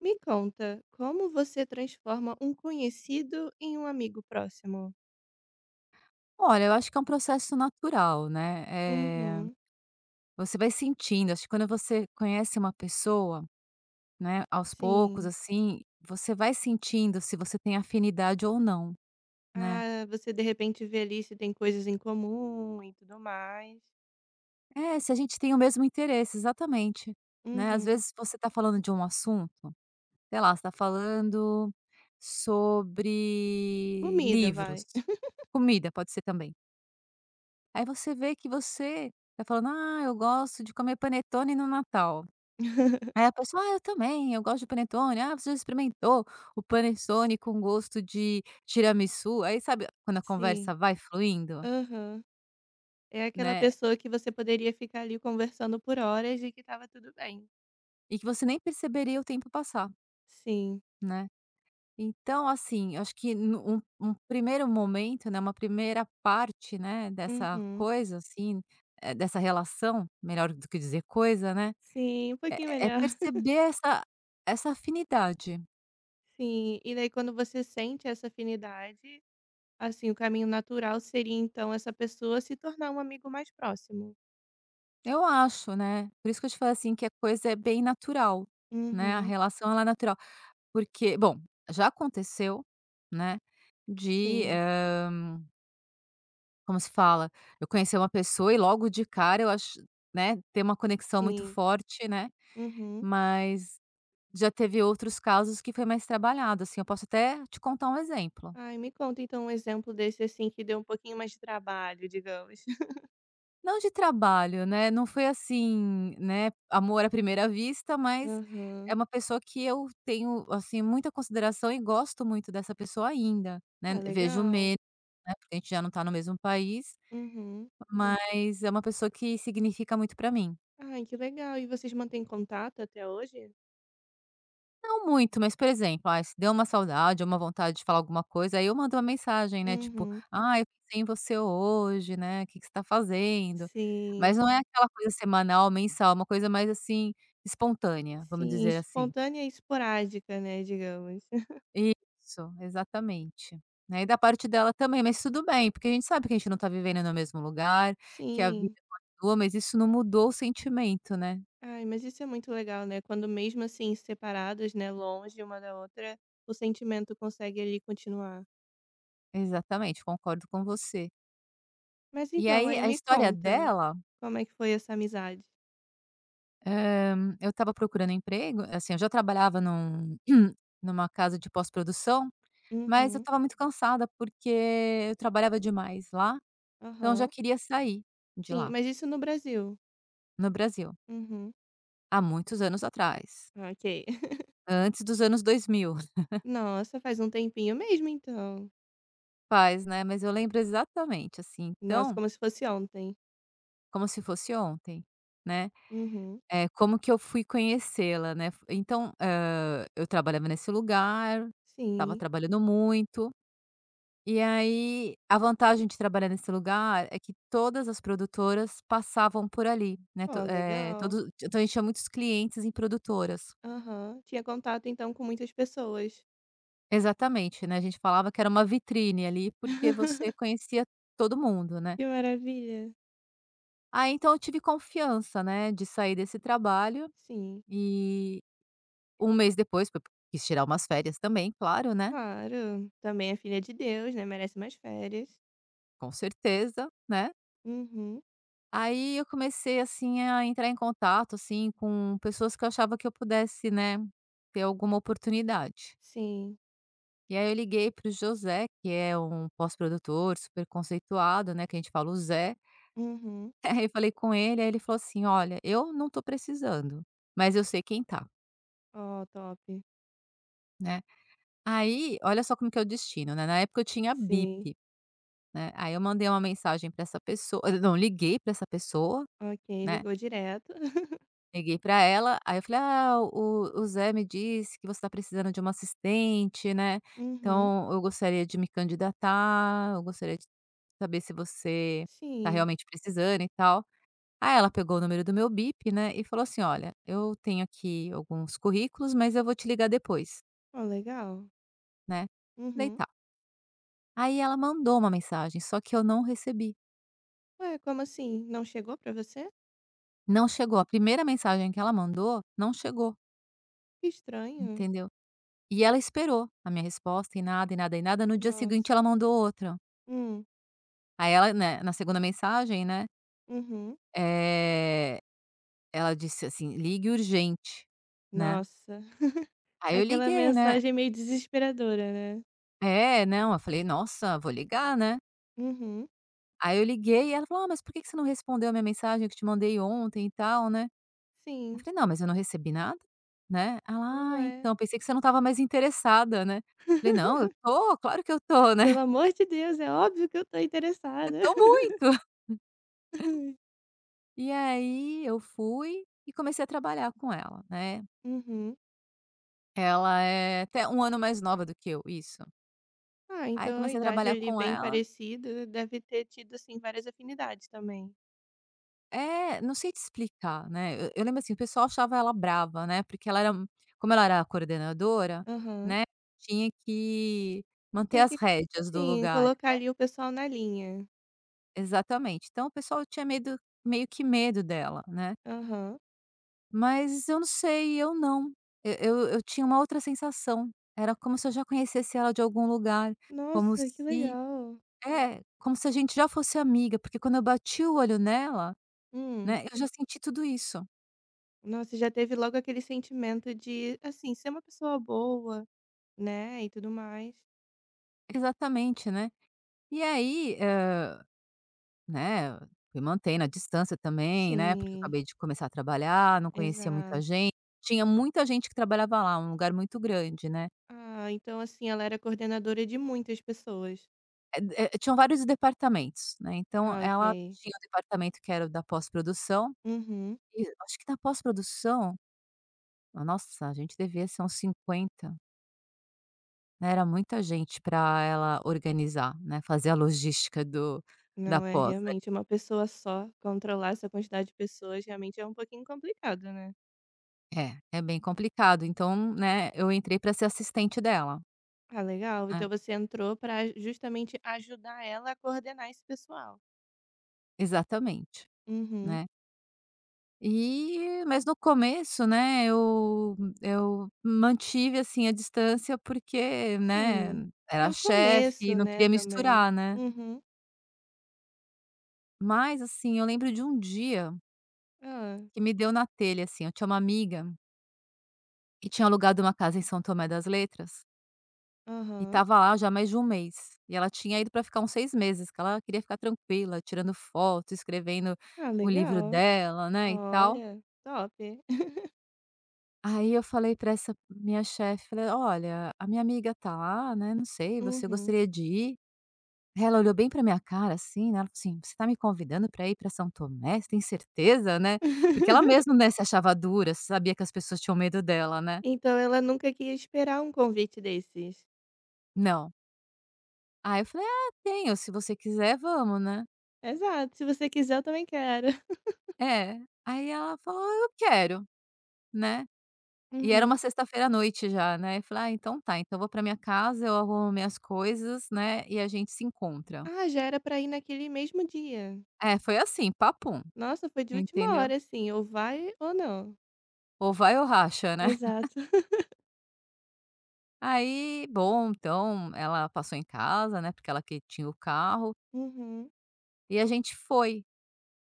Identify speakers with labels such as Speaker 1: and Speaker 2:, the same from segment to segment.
Speaker 1: Me conta, como você transforma um conhecido em um amigo próximo?
Speaker 2: Olha, eu acho que é um processo natural, né, eh,
Speaker 1: Uhum,
Speaker 2: você vai sentindo, acho que quando você conhece uma pessoa, né, aos poucos,
Speaker 1: sim.
Speaker 2: assim, você vai sentindo se você tem afinidade ou não, né.
Speaker 1: Ah, você de repente vê ali se tem coisas em comum e tudo mais.
Speaker 2: É, se a gente tem o mesmo interesse, exatamente, né. Às
Speaker 1: Uhum.
Speaker 2: vezes você está falando de um assunto, sei lá, você tá falando sobre
Speaker 1: Comida,
Speaker 2: livros,
Speaker 1: vai.
Speaker 2: comida pode ser também. Aí você vê que você tá falando: "Ah, eu gosto de comer panetone no Natal". Aí a pessoa: "Ah, eu também, eu gosto de panetone". "Ah, você já experimentou o panetone com gosto de tiramisu?". Aí sabe quando a
Speaker 1: Sim.
Speaker 2: conversa vai fluindo,
Speaker 1: Aham. É aquela
Speaker 2: né,
Speaker 1: pessoa que você poderia ficar ali conversando por horas e que tava tudo bem.
Speaker 2: e que você nem perceberia o tempo passar,
Speaker 1: Sim.
Speaker 2: né. Então assim, eu acho que no um primeiro momento, né, uma primeira parte, né, dessa
Speaker 1: Uhum.
Speaker 2: coisa assim, dessa relação, melhor do que dizer coisa, né,
Speaker 1: Sim, um pouquinho
Speaker 2: é
Speaker 1: melhor.
Speaker 2: perceber essa afinidade.
Speaker 1: Sim, e daí quando você sente essa afinidade. Assim, o caminho natural seria então essa pessoa se tornar um amigo mais próximo.
Speaker 2: Eu acho, né. Por isso que eu te falei, assim, que a coisa é bem natural, né, a
Speaker 1: Uhum,
Speaker 2: relação ela é natural. Porque bom, já aconteceu, né, de,
Speaker 1: sim.
Speaker 2: como se fala? Eu conhecer uma pessoa e logo de cara eu acho, né, ter uma conexão muito
Speaker 1: Sim.
Speaker 2: forte, né,
Speaker 1: Uhum.
Speaker 2: mas já teve outros casos que foi mais trabalhado, assim. Eu posso até te contar um exemplo.
Speaker 1: Ai, me conta então um exemplo desse assim que deu um pouquinho mais de trabalho, digamos.
Speaker 2: Não de trabalho, né, não foi assim, né, amor à primeira vista, mas
Speaker 1: Aham.
Speaker 2: é uma pessoa que eu tenho, assim, muita consideração e gosto muito dessa pessoa ainda, né,
Speaker 1: Ah,
Speaker 2: vejo
Speaker 1: legal.
Speaker 2: menos, né, porque a gente já não tá no mesmo país,
Speaker 1: Uhum.
Speaker 2: mas é uma pessoa que significa muito pra mim.
Speaker 1: Ai, que legal. E vocês mantêm contato até hoje?
Speaker 2: Não muito, mas, por exemplo, ai, se deu uma saudade ou uma vontade de falar alguma coisa, aí eu mando uma mensagem, né, tipo:
Speaker 1: Uhum.
Speaker 2: "Ai, eu pensei em você hoje, né, o que que você tá fazendo?".
Speaker 1: Sim.
Speaker 2: Mas não é aquela coisa semanal, mensal, é uma coisa mais, assim, espontânea, vamos
Speaker 1: Sim,
Speaker 2: dizer assim.
Speaker 1: espontânea e esporádica, né, digamos.
Speaker 2: Isso, exatamente. Né, e da parte dela também, mas tudo bem, porque a gente sabe que a gente não tá vivendo no mesmo lugar, que a vida
Speaker 1: Sim.
Speaker 2: continua, mas isso não mudou o sentimento, né.
Speaker 1: Ai, mas isso é muito legal, né? Quando mesmo assim separados, né, longe uma da outra, o sentimento consegue ali continuar.
Speaker 2: Exatamente, concordo com você.
Speaker 1: Mas
Speaker 2: E
Speaker 1: então,
Speaker 2: aí
Speaker 1: aí
Speaker 2: a
Speaker 1: me
Speaker 2: história
Speaker 1: conta,
Speaker 2: dela.
Speaker 1: como é que foi essa amizade?
Speaker 2: Eu estava procurando emprego, assim, eu já trabalhava num numa casa de pós-produção, mas eu
Speaker 1: Uhum,
Speaker 2: estava muito cansada, porque eu trabalhava demais lá, então eu já
Speaker 1: aham.
Speaker 2: queria sair de
Speaker 1: Sim,
Speaker 2: lá,
Speaker 1: mas isso no Brasil?
Speaker 2: no Brasil,
Speaker 1: Uhum,
Speaker 2: há muitos anos atrás,
Speaker 1: ok.
Speaker 2: antes dos anos 2000,
Speaker 1: Nossa, faz um tempinho mesmo então.
Speaker 2: faz, né, mas eu lembro exatamente, assim,
Speaker 1: Nossa,
Speaker 2: então,
Speaker 1: como se fosse ontem.
Speaker 2: como se fosse ontem, né.
Speaker 1: Uhum,
Speaker 2: É como que eu fui conhecê-la, né, então, eu trabalhava nesse lugar, estava
Speaker 1: sim.
Speaker 2: trabalhando muito. E aí, a vantagem de trabalhar nesse lugar é que todas as produtoras passavam por ali, né,
Speaker 1: Ó, legal.
Speaker 2: todo então a gente tinha muitos clientes em produtoras.
Speaker 1: Aham, tinha contato então com muitas pessoas.
Speaker 2: Exatamente, né, a gente falava que era uma vitrine ali, porque você conhecia todo mundo, né.
Speaker 1: Que maravilha.
Speaker 2: Aí, então eu tive confiança, né, de sair desse trabalho
Speaker 1: Sim.
Speaker 2: e um mês depois, porque eu quis tirar umas férias também, claro, né,
Speaker 1: Claro, também é filha de Deus, né, merece mais férias.
Speaker 2: com certeza, né.
Speaker 1: Uhum,
Speaker 2: Aí eu comecei, assim, a entrar em contato, assim, com pessoas que eu achava que eu pudesse, né, ter alguma oportunidade.
Speaker 1: sim.
Speaker 2: E aí eu liguei para o José, que é um pós-produtor super conceituado, né, que a gente fala o Zé.
Speaker 1: Uhum.
Speaker 2: Aí eu falei com ele, aí ele falou assim: "Olha, eu não tô precisando, mas eu sei quem tá",
Speaker 1: Ó, top.
Speaker 2: né. Aí, olha só como que é o destino, né, na época eu tinha
Speaker 1: Sim.
Speaker 2: bip, né, aí eu mandei uma mensagem para essa pessoa. Não, liguei para essa pessoa,
Speaker 1: Ok,
Speaker 2: né.
Speaker 1: ligou direto.
Speaker 2: Liguei pra ela, aí eu falei: "Ah, o Zé me disse que você tá precisando de uma assistente, né,
Speaker 1: Uhum,
Speaker 2: então eu gostaria de me candidatar, eu gostaria de saber se você tá
Speaker 1: sim.
Speaker 2: realmente precisando e tal". Aí ela pegou o número do meu BIP, né, e falou assim: "Olha, eu tenho aqui alguns currículos, mas eu vou te ligar depois,
Speaker 1: Ó, legal.
Speaker 2: né". Falei:
Speaker 1: Uhum.
Speaker 2: "Tá". Aí ela mandou uma mensagem, só que eu não recebi.
Speaker 1: Ué, como assim? Não chegou pra você?
Speaker 2: Não chegou, a primeira mensagem que ela mandou, não chegou,
Speaker 1: Que estranho.
Speaker 2: entendeu? E ela esperou a minha resposta e nada, e nada, e nada. No dia seguinte,
Speaker 1: Nossa.
Speaker 2: ela mandou outra.
Speaker 1: Hum,
Speaker 2: Aí ela, né, na segunda mensagem, né,
Speaker 1: uhum.
Speaker 2: eh, ela disse assim: "Ligue urgente", né.
Speaker 1: Nossa,
Speaker 2: Aí eu
Speaker 1: aquela
Speaker 2: liguei, né.
Speaker 1: mensagem meio desesperadora, né.
Speaker 2: É, não, eu falei: "Nossa, vou ligar, né".
Speaker 1: Uhum,
Speaker 2: Aí eu liguei e ela falou: "Ah, mas por que que você não respondeu a minha mensagem que eu te mandei ontem e tal, né?" Eu
Speaker 1: sim.
Speaker 2: falei: "Não, mas eu não recebi nada", né. Ela: "Ah,
Speaker 1: Ué.
Speaker 2: então, pensei que você não estava mais interessada, né". Falei: "Não, eu tô, claro que eu tô, né,
Speaker 1: Pelo amor de Deus, é óbvio que eu tô
Speaker 2: eu
Speaker 1: interessada.
Speaker 2: tô muito". E aí eu fui e comecei a trabalhar com ela, né.
Speaker 1: Uhum.
Speaker 2: Ela é até um ano mais nova do que eu, isso.
Speaker 1: Ah,
Speaker 2: Aí eu
Speaker 1: então a
Speaker 2: comecei a
Speaker 1: idade
Speaker 2: trabalhar
Speaker 1: ali
Speaker 2: com
Speaker 1: bem
Speaker 2: ela.
Speaker 1: parecida, deve ter tido, assim, várias afinidades também.
Speaker 2: É, não sei te explicar, né, eu lembro, assim, o pessoal achava ela brava, né, porque ela era como ela era a coordenadora,
Speaker 1: Aham.
Speaker 2: né, tinha que manter
Speaker 1: Tem
Speaker 2: as
Speaker 1: que
Speaker 2: rédeas do
Speaker 1: sim,
Speaker 2: lugar.
Speaker 1: colocar ali o pessoal na linha.
Speaker 2: Exatamente. Então o pessoal tinha medo, meio que medo dela, né.
Speaker 1: Aham.
Speaker 2: Mas eu não sei, eu não. E eu tinha uma outra sensação, era como se eu já conhecesse ela de algum lugar, como
Speaker 1: Nossa, que
Speaker 2: se
Speaker 1: legal.
Speaker 2: é, como se a gente já fosse amiga, porque quando eu bati o olho nela,
Speaker 1: Hum.
Speaker 2: né, eu já senti tudo isso.
Speaker 1: Nossa, já teve logo aquele sentimento de, assim, ser uma pessoa boa, né, e tudo mais.
Speaker 2: Exatamente, né. E aí, né, me mantendo a distância também, né, porque eu
Speaker 1: Sim,
Speaker 2: acabei de começar a trabalhar, não conhecia muita
Speaker 1: exato.
Speaker 2: gente, tinha muita gente que trabalhava lá, um lugar muito grande, né.
Speaker 1: Ah, então, assim, ela era coordenadora de muitas pessoas.
Speaker 2: Tinham vários departamentos, né, então
Speaker 1: Ah,
Speaker 2: ela
Speaker 1: ok.
Speaker 2: tinha o departamento que era o da pós-produção,
Speaker 1: Uhum.
Speaker 2: e acho que da pós-produção, nossa, a gente devia ser uns 50, né, era muita gente para ela organizar, né, fazer a logística do da
Speaker 1: Não é,
Speaker 2: pós.
Speaker 1: realmente, uma pessoa só, controlar essa quantidade de pessoas realmente é um pouquinho complicado, né.
Speaker 2: É, é bem complicado, então, né, eu entrei para ser assistente dela,
Speaker 1: Ah, legal,
Speaker 2: né.
Speaker 1: então você entrou para justamente ajudar ela a coordenar esse pessoal.
Speaker 2: Exatamente,
Speaker 1: Uhum.
Speaker 2: né. E mas no começo, né, eu mantive, assim, a distância porque, né,
Speaker 1: Sim, é
Speaker 2: era
Speaker 1: o
Speaker 2: chefe e
Speaker 1: começo,
Speaker 2: não
Speaker 1: né,
Speaker 2: queria
Speaker 1: também.
Speaker 2: misturar, né.
Speaker 1: Uhum.
Speaker 2: Mas, assim, eu lembro de um dia
Speaker 1: Ah.
Speaker 2: que me deu na telha, assim, eu tinha uma amiga que tinha alugado uma casa em São Tomé das Letras e
Speaker 1: Aham.
Speaker 2: estava lá já há mais de um mês, e ela tinha ido para ficar uns 6 meses, que ela queria ficar tranquila, tirando foto, escrevendo
Speaker 1: Ah,
Speaker 2: o livro
Speaker 1: legal.
Speaker 2: dela, né, e tal.
Speaker 1: Olha, top.
Speaker 2: Aí eu falei para essa minha chefe, falei: "Olha, a minha amiga tá lá, né, não sei, você
Speaker 1: Uhum.
Speaker 2: gostaria de ir?" Aí ela olhou bem para minha cara, assim, né, ela falou assim: "Você tá me convidando para ir para São Tomé? Você tem certeza, né?" Porque ela mesma, né, se achava dura, sabia que as pessoas tinham medo dela, né.
Speaker 1: Então ela nunca queria esperar um convite desses.
Speaker 2: "Não". Aí eu falei: "Ah, tenho, se você quiser, vamos, né".
Speaker 1: Exato, se você quiser eu também quero.
Speaker 2: É. Aí ela falou: "Eu quero", né. E era uma
Speaker 1: Uhum.
Speaker 2: sexta-feira à noite já, né. Eu falei: "Ah, então tá, então eu vou pra minha casa, eu arrumo minhas coisas, né, e a gente se encontra".
Speaker 1: Ah, já era pra ir naquele mesmo dia.
Speaker 2: É, foi assim, papum,
Speaker 1: Nossa, foi de última
Speaker 2: entendeu.
Speaker 1: hora, assim, ou vai ou não.
Speaker 2: Ou vai ou racha, né.
Speaker 1: Exato.
Speaker 2: Aí, bom, então ela passou em casa, né, porque ela que tinha o carro,
Speaker 1: Uhum.
Speaker 2: e a gente foi.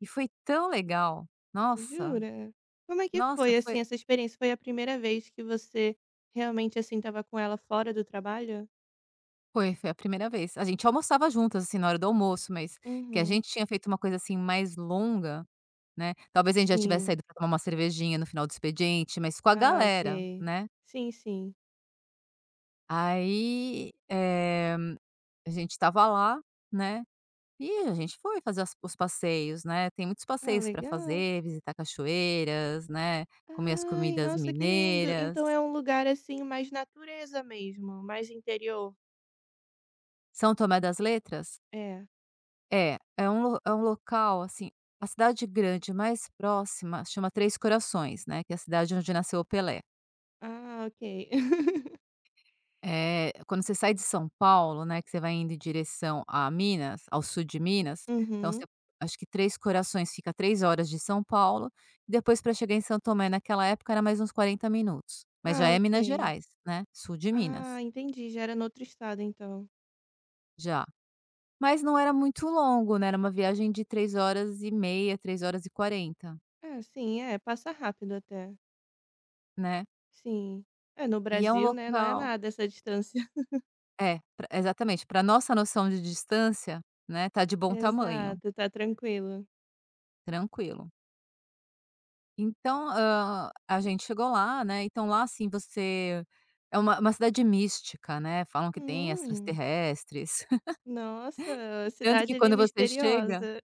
Speaker 2: E foi tão legal. Nossa,
Speaker 1: Jura? Como é que
Speaker 2: nossa,
Speaker 1: foi, assim, essa experiência? Foi a primeira vez que você realmente, assim, estava com ela fora do trabalho?
Speaker 2: foi a primeira vez. A gente almoçava juntas, assim, na hora do almoço, mas que a
Speaker 1: Uhum.
Speaker 2: gente tinha feito uma coisa, assim, mais longa, né, talvez a gente já tivesse
Speaker 1: Sim.
Speaker 2: saído pra tomar uma cervejinha no final do expediente, mas com a
Speaker 1: Ah,
Speaker 2: galera,
Speaker 1: ok.
Speaker 2: né.
Speaker 1: Sim, sim.
Speaker 2: Aí, a gente estava lá, né. E a gente foi fazer as os passeios, né, tem muitos
Speaker 1: Ah,
Speaker 2: passeios para
Speaker 1: legal.
Speaker 2: fazer, visitar cachoeiras, né, comer as
Speaker 1: Ai,
Speaker 2: comidas
Speaker 1: nossa, que lindo.
Speaker 2: mineiras.
Speaker 1: Então é um lugar, assim, mais natureza mesmo, mais interior.
Speaker 2: São Tomé das Letras?
Speaker 1: É.
Speaker 2: É, é um lo é um local, assim a cidade grande mais próxima chama Três Corações, né, que é a cidade onde nasceu o Pelé.
Speaker 1: Ah, ok.
Speaker 2: É, quando você sai de São Paulo, né, que você vai indo em direção a Minas, ao sul de Minas, então você
Speaker 1: Uhum.
Speaker 2: acho que Três Corações fica 3 horas de São Paulo, e depois para chegar em São Tomé naquela época era mais uns 40 minutos, mas já
Speaker 1: Ah,
Speaker 2: é Minas
Speaker 1: ok.
Speaker 2: Gerais, né, sul de
Speaker 1: Ah,
Speaker 2: Minas,
Speaker 1: entendi, já era no outro estado então.
Speaker 2: já. Mas não era muito longo, né, era uma viagem de 3 horas e meia, 3 horas e quarenta,
Speaker 1: Ah, sim, é, passa rápido até.
Speaker 2: né.
Speaker 1: Sim. É, no
Speaker 2: E é um
Speaker 1: Brasil, né, não é
Speaker 2: local,
Speaker 1: nada essa distância.
Speaker 2: é, pra exatamente, para nossa noção de distância, né, tá de bom tamanho,
Speaker 1: Exato, tá tranquilo.
Speaker 2: tranquilo. Então, a gente chegou lá, né, então lá, assim, você é uma cidade mística, né, falam que tem
Speaker 1: Hum,
Speaker 2: extraterrestres,
Speaker 1: nossa,
Speaker 2: tanto
Speaker 1: cidade
Speaker 2: que
Speaker 1: ali
Speaker 2: quando você chega,
Speaker 1: misteriosa.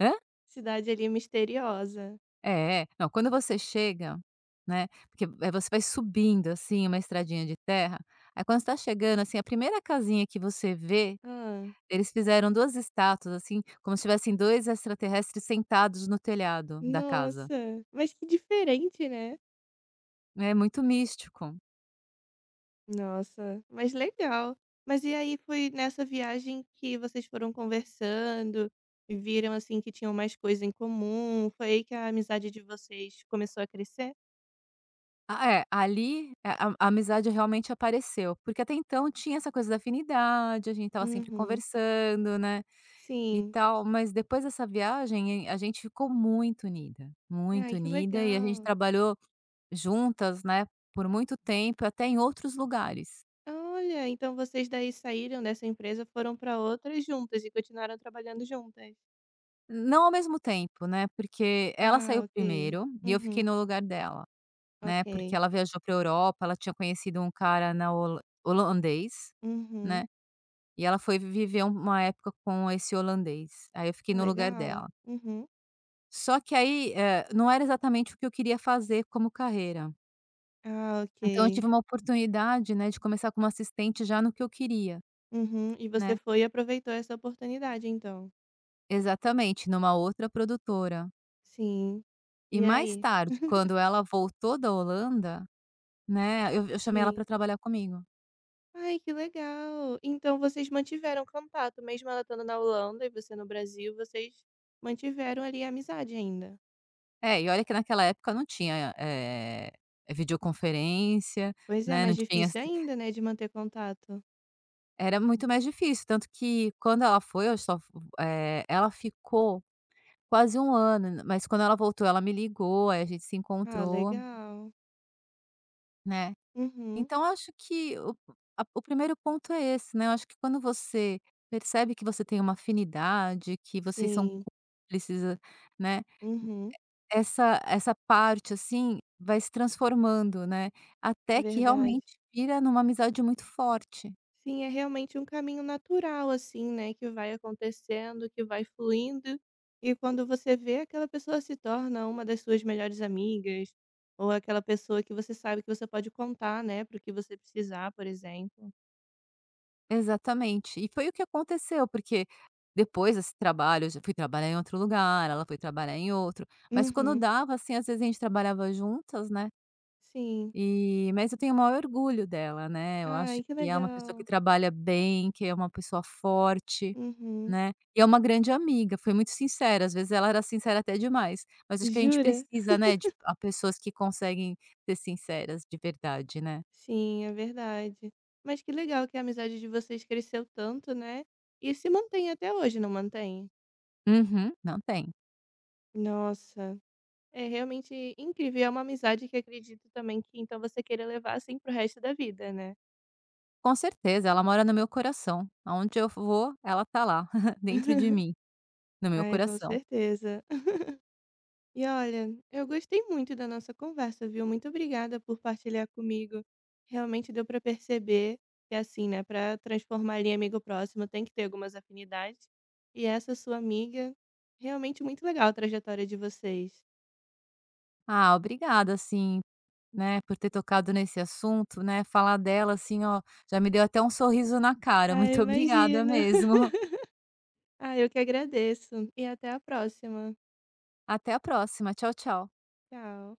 Speaker 2: hã?
Speaker 1: Cidade ali misteriosa.
Speaker 2: É, é. Não, quando você chega, né, porque, você vai subindo, assim, uma estradinha de terra, aí quando você tá chegando, assim, a primeira casinha que você vê,
Speaker 1: Ah.
Speaker 2: eles fizeram 2 estátuas, assim, como se tivessem 2 extraterrestres sentados no telhado da casa.
Speaker 1: Nossa, mas que diferente, né?
Speaker 2: É muito místico.
Speaker 1: Nossa, mas legal. Mas e aí foi nessa viagem que vocês foram conversando e viram assim que tinham mais coisa em comum? Foi aí que a amizade de vocês começou a crescer?
Speaker 2: Ah, é, ali é, a amizade realmente apareceu, porque até então tinha essa coisa da afinidade, a gente estava sempre
Speaker 1: Uhum.
Speaker 2: conversando, né, e
Speaker 1: Sim.
Speaker 2: tal, mas depois dessa viagem a gente ficou
Speaker 1: Ai,
Speaker 2: muito
Speaker 1: que
Speaker 2: unida e a
Speaker 1: legal.
Speaker 2: gente trabalhou juntas, né, por muito tempo, até em outros lugares.
Speaker 1: Olha, então vocês daí saíram dessa empresa, foram para outras juntas e continuaram trabalhando juntas.
Speaker 2: Não ao mesmo tempo, né, porque ela
Speaker 1: Ah,
Speaker 2: saiu
Speaker 1: ok.
Speaker 2: primeiro e eu fiquei
Speaker 1: Uhum.
Speaker 2: no lugar dela, né, porque
Speaker 1: Ok.
Speaker 2: ela viajou para Europa, ela tinha conhecido um cara na holan holandês,
Speaker 1: Uhum.
Speaker 2: né. E ela foi viver um, uma época com esse holandês, aí eu
Speaker 1: Ah,
Speaker 2: fiquei no lugar
Speaker 1: legal.
Speaker 2: dela.
Speaker 1: Uhum.
Speaker 2: Só que aí, não era exatamente o que eu queria fazer como carreira.
Speaker 1: Ah,
Speaker 2: Então eu tive
Speaker 1: ok.
Speaker 2: uma oportunidade, né, de começar como assistente já no que eu queria,
Speaker 1: Uhum. E você
Speaker 2: né.
Speaker 1: foi e aproveitou essa oportunidade, então?
Speaker 2: Exatamente, numa outra produtora.
Speaker 1: Sim.
Speaker 2: E
Speaker 1: E
Speaker 2: mais
Speaker 1: aí?
Speaker 2: tarde, quando ela voltou da Holanda, né, eu chamei ela
Speaker 1: Sim.
Speaker 2: para trabalhar comigo.
Speaker 1: Ai, que legal! Então vocês mantiveram contato, mesmo ela estando na Holanda e você no Brasil, vocês mantiveram ali a amizade ainda?
Speaker 2: É, e olha que naquela época não tinha, videoconferência,
Speaker 1: Pois é,
Speaker 2: né, não
Speaker 1: mais
Speaker 2: tinha.
Speaker 1: difícil ainda, né, de manter contato.
Speaker 2: Era muito mais difícil, tanto que quando ela foi, eu só, ela ficou quase um ano, mas quando ela voltou, ela me ligou, aí a gente se
Speaker 1: Ah,
Speaker 2: encontrou,
Speaker 1: legal.
Speaker 2: né.
Speaker 1: Uhum.
Speaker 2: Então eu acho que o primeiro ponto é esse, né, eu acho que quando você percebe que você tem uma afinidade, que vocês são
Speaker 1: Sim.
Speaker 2: cúmplices, né,
Speaker 1: Uhum.
Speaker 2: essa parte, assim, vai se transformando, né,
Speaker 1: É
Speaker 2: até que
Speaker 1: verdade.
Speaker 2: realmente vira numa amizade muito forte.
Speaker 1: Sim, é realmente um caminho natural, assim, né, que vai acontecendo, que vai fluindo, e quando você vê, aquela pessoa se torna uma das suas melhores amigas, ou aquela pessoa que você sabe que você pode contar, né, para que você precisar, por exemplo.
Speaker 2: Exatamente. E foi o que aconteceu, porque depois desse trabalho, eu já fui trabalhar em outro lugar, ela foi trabalhar em outro, mas quando
Speaker 1: Uhum,
Speaker 2: dava, assim, às vezes a gente trabalhava juntas, né,
Speaker 1: sim.
Speaker 2: e mas eu tenho o maior orgulho dela, né, eu acho
Speaker 1: Ai, que
Speaker 2: que é uma pessoa que
Speaker 1: legal.
Speaker 2: trabalha bem, que é uma pessoa forte,
Speaker 1: Uhum.
Speaker 2: né, e é uma grande amiga, foi muito sincera, às vezes ela era sincera até demais, mas acho que a gente
Speaker 1: Jura?
Speaker 2: precisa, né, de a pessoas que conseguem ser sinceras de verdade, né.
Speaker 1: Sim, é verdade. Mas que legal que a amizade de vocês cresceu tanto, né, e se mantém até hoje, não mantém?
Speaker 2: Uhum, não tem.
Speaker 1: Nossa. É realmente incrível, é uma amizade que acredito também que então você queira levar, assim, para o resto da vida, né.
Speaker 2: Com certeza, ela mora no meu coração. Aonde eu vou, ela tá lá, dentro de mim, no meu
Speaker 1: Ai, com
Speaker 2: coração.
Speaker 1: certeza. E olha, eu gostei muito da nossa conversa, viu. Muito obrigada por partilhar comigo. Realmente deu pra perceber que, assim, né, pra transformar ali em amigo próximo tem que ter algumas afinidades, e essa sua amiga, realmente muito legal a trajetória de vocês.
Speaker 2: Ah, obrigada, assim, né, por ter tocado nesse assunto, né, falar dela, assim, ó, já me deu até um sorriso na cara.
Speaker 1: Ah,
Speaker 2: Muito obrigada
Speaker 1: imagino.
Speaker 2: mesmo.
Speaker 1: Ai, eu que agradeço. E até a próxima.
Speaker 2: Até a próxima. Tchau, tchau.
Speaker 1: Tchau.